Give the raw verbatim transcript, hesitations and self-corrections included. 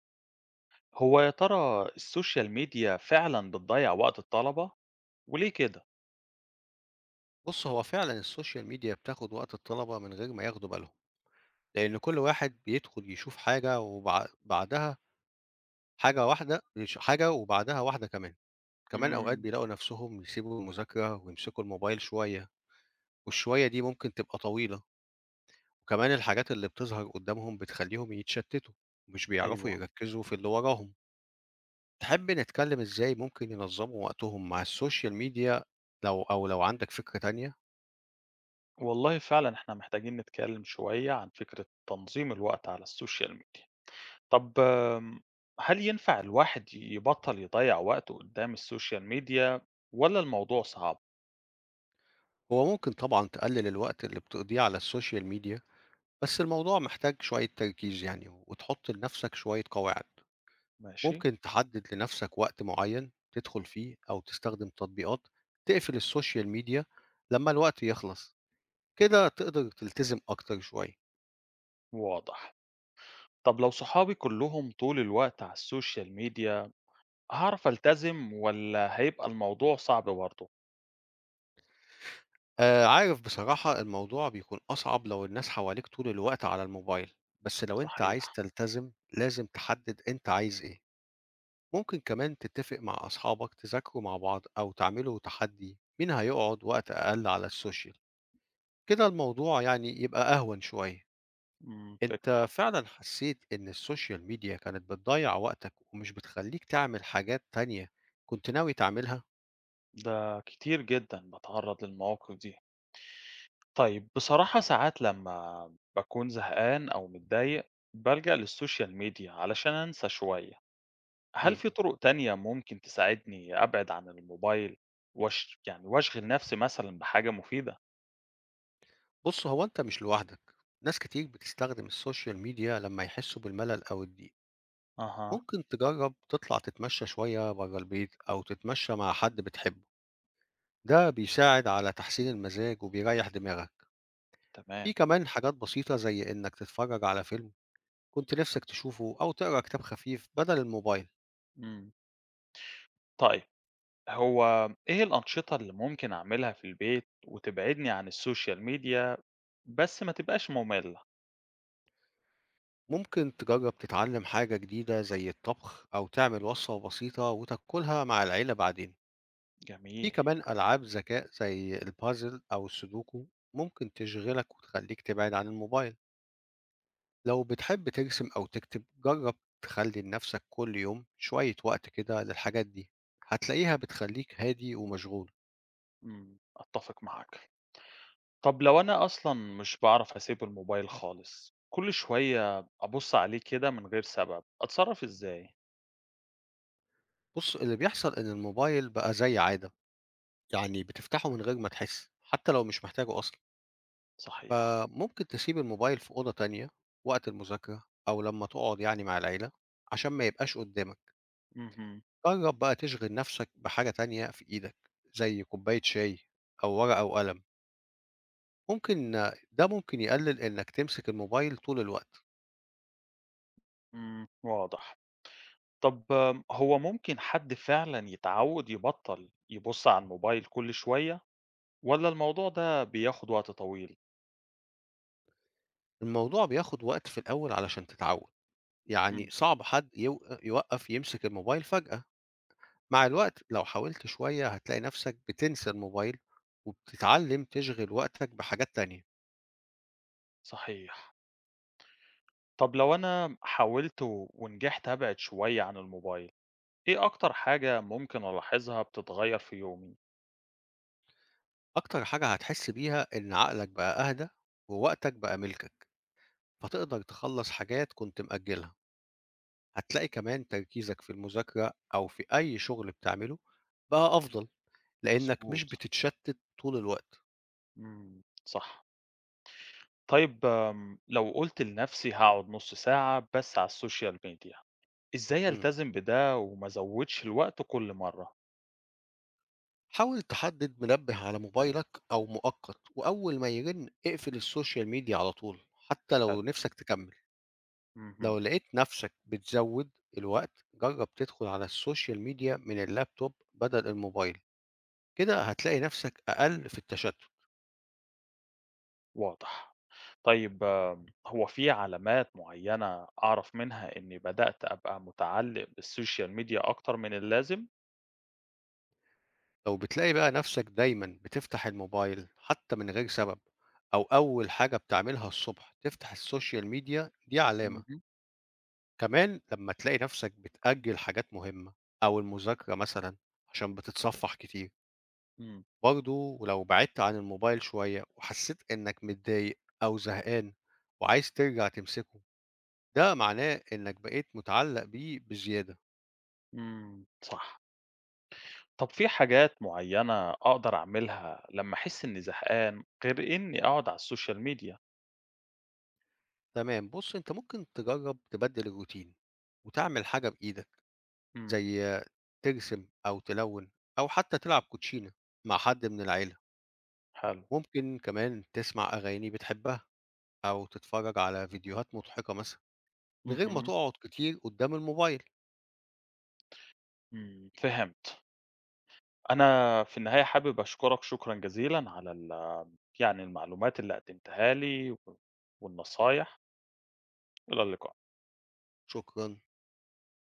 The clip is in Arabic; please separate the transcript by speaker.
Speaker 1: هو يا ترى السوشيال ميديا فعلا بتضيع وقت الطلبة؟ وليه كده؟
Speaker 2: بص، هو فعلا السوشيال ميديا بتاخد وقت الطلبة من غير ما ياخدوا بالهم، لأن كل واحد بيدخل يشوف حاجة وبعدها حاجة واحدة يش- حاجة وبعدها واحدة كمان. كمان أوقات
Speaker 1: امم.
Speaker 2: بيلاقوا نفسهم يسيبوا المذاكرة ويمسكوا الموبايل شوية، والشوية دي ممكن تبقى طويلة. وكمان الحاجات اللي بتظهر قدامهم بتخليهم يتشتتوا ومش بيعرفوا
Speaker 1: ايوه،
Speaker 2: يركزوا في اللي وراهم. تحب نتكلم إزاي ممكن ينظموا وقتهم مع السوشيال ميديا، لو أو لو عندك فكرة تانية؟
Speaker 1: والله فعلا احنا محتاجين نتكلم شوية عن فكرة تنظيم الوقت على السوشيال ميديا. طب، آم، هل ينفع الواحد يبطل يضيع وقته قدام السوشيال ميديا ولا الموضوع صعب؟
Speaker 2: هو ممكن طبعا تقلل الوقت اللي بتقضيه على السوشيال ميديا، بس الموضوع محتاج شوية تركيز يعني، وتحط لنفسك شوية قواعد.
Speaker 1: ماشي.
Speaker 2: ممكن تحدد لنفسك وقت معين تدخل فيه، أو تستخدم تطبيقات تقفل السوشيال ميديا لما الوقت يخلص. كده تقدر تلتزم أكتر شوية.
Speaker 1: واضح. طب لو صحابي كلهم طول الوقت على السوشيال ميديا، هعرف التزم ولا هيبقى الموضوع صعب برضه؟
Speaker 2: آه عارف، بصراحة الموضوع بيكون أصعب لو الناس حواليك طول الوقت على الموبايل، بس لو أنت عايز
Speaker 1: صحيح.
Speaker 2: تلتزم لازم تحدد أنت عايز إيه. ممكن كمان تتفق مع أصحابك تذاكروا مع بعض، أو تعملوا تحدي مين هيقعد وقت أقل على السوشيال. كده الموضوع يعني يبقى أهون شوية.
Speaker 1: امم،
Speaker 2: أنت
Speaker 1: فكرة.
Speaker 2: فعلًا حسّيت إن السوشيال ميديا كانت بتضيّع وقتك ومش بتخلّيك تعمل حاجات تانية كنت ناوي تعملها؟
Speaker 1: ده كتير جدًا باتعرّض للمواقف دي. طيب بصراحة ساعات لمّا باكون زهقان أو متضايق، بالجأ للسوشيال ميديا علشان أنسى شوية.
Speaker 2: إمم،
Speaker 1: هل
Speaker 2: إمم.
Speaker 1: في طرق تانية ممكن تساعدني أبعد عن الموبايل واش يعني واشغل نفسي مثلًا بحاجة مفيدة؟
Speaker 2: بُص، هو أنت مش لوحدك، ناس كتير بتستخدم السوشيال ميديا لمّا يحسّوا بالملل أو الضيق.
Speaker 1: أها.
Speaker 2: ممكن تجرّب تطلع تتمشى شوية برّه البيت، أو تتمشى مع حد بتحبه، ده بيساعد على تحسين المزاج وبيريّح دماغك. في
Speaker 1: تمام.
Speaker 2: كمان حاجات بسيطة زي إنّك تتفرّج على فيلم كنت نِفْسك تشوفه، أو تقرا كتاب خفيف بدل الموبايل.
Speaker 1: إمم. طيب، هو إيه الأنشطة اللي ممكن أعملها في البيت وتبعدني عن السوشيال ميديا بس ما تبقاش مملة؟
Speaker 2: ممكن تجرب تتعلم حاجة جديدة زي الطبخ، أو تعمل وصفة بسيطة وتاكلها مع العيلة بعدين. في
Speaker 1: جميل.
Speaker 2: كمان ألعاب ذكاء زي البازل أو السودوكو، ممكن تشغلك وتخليك تبعد عن الموبايل. لو بتحب ترسم أو تكتب جرب تخلي لنفسك كل يوم شوية وقت كده للحاجات دي، هتلاقيها بتخليك هادي ومشغول.
Speaker 1: إمم، أتّفق معاك. طب لو أنا أصلًا مش باعرف أسيب الموبايل خالص، كل شوية أبُص عليه كده من غير سبب، أتصرّف إزاي؟
Speaker 2: بص، اللي بيحصل إن الموبايل بقى زي عادة، يعني بتفتحه من غير ما تحس حتى لو مش محتاجه أصلا.
Speaker 1: صحيح.
Speaker 2: فممكن تسيب الموبايل في أوضة تانية وقت المذاكرة، أو لمّا تقعد يعني مع العيلة، عشان ما يبقاش قدّامك.
Speaker 1: اهم.
Speaker 2: جرّب بقى تشغِل نَفْسك بحاجة تانية في إيدك، زي كوباية شاي أو ورقة وقلم. ممكن ده ممكن يقلل إنّك تمسك الموبايل طول الوقت.
Speaker 1: إمم، واضح. طب آم، هو ممكن حد فعلًا يتعوّد يبطّل يبُص على الموبايل كل شوية والّا الموضوع ده بياخد وقت طويل؟
Speaker 2: الموضوع بياخد وقت في الأول علشان تتعوّد، يعني
Speaker 1: إمم.
Speaker 2: صعب حد يو يوقّف يمسك الموبايل فجأة. مع الوقت لو حاولت شوية هتلاقي نَفْسك بتنسى الموبايل، وبتتعلّم تشغِل وقتك بحاجات تانية.
Speaker 1: صحيح. طب لو أنا حاولت و ونجحت أبعد شوية عن الموبايل، إيه أكتر حاجة ممكن ألاحظها بتتغيّر في يومي؟
Speaker 2: أكتر حاجة هتحس بيها إن عقلك بقى أهدى ووقتك بقى ملكك، فتقدر تخلّص حاجات كنت مأجلها. هتلاقي كمان تركيزك في المذاكرة أو في أي شغل بتعمله بقى أفضل، لإنك مش
Speaker 1: مضبوط.
Speaker 2: بتتشتت طول الوقت.
Speaker 1: إمم، صح. طيب، آمم، لو قُلت لنفسي هاقعد نُص ساعة بس على السوشيال ميديا، إزاي
Speaker 2: إمم.
Speaker 1: ألتزم بده وما أزوّدش الوقت كل مرّة؟
Speaker 2: حاول تحدد منبه على موبايلك أو مؤقت، وأول ما يرن اقفل السوشيال ميديا على طول، حتى لو
Speaker 1: حلو.
Speaker 2: نِفْسك تكمّل. لو
Speaker 1: اهم.
Speaker 2: لقيت نَفْسك بتزوّد الوقت، جرّب تدخل على السوشيال ميديا من اللابتوب بدل الموبايل. كده هتلاقي نفسك أقل في التشتت.
Speaker 1: واضح. طيب، آمم، هو في علامات معيّنة أعرف منها إني بدأت أبقى متعلق بالسوشيال ميديا أكتر من اللازم؟
Speaker 2: لو بتلاقي بقى نفسك دايما بتفتح الموبايل حتى من غير سبب، أو أول حاجة بتعملها الصبح تفتح السوشيال ميديا، دي علامة.
Speaker 1: اهم.
Speaker 2: كمان لما تلاقي نفسك بتأجل حاجات مهمة أو المذاكرة مثلا عشان بتتصفح كتير.
Speaker 1: إمم.
Speaker 2: برضو ولو بعدت عن الموبايل شوية وحسيت إنك متضايق أو زهقان وعايز ترجع تمسكه، ده معناه إنك بقيت متعلق بيه بزيادة.
Speaker 1: إمم، صح. طب في حاجات معيّنة أقدر أعملها لمّا أحس إني زهقان غير إني أقعد على السوشيال ميديا؟
Speaker 2: تمام، بُص أنت ممكن تجرّب تبدّل الروتين، وتعمل حاجة بإيدك،
Speaker 1: إمم.
Speaker 2: زي ترسم أو تلوّن، أو حتى تلعب كوتشينة مع حد من العيلة.
Speaker 1: حلو.
Speaker 2: ممكن كمان تسمع أغاني بتحبها، أو تتفرّج على فيديوهات مضحكة مثلًا، من غير ما
Speaker 1: اهم.
Speaker 2: تقعد كتير قدّام الموبايل.
Speaker 1: إمم، فهمت. أنا في النهاية حابب أشكرك شكرًا جزيلًا على ال يعني المعلومات اللي قدمتها لي والنصايح. إلى اللقاء.
Speaker 2: شكرًا.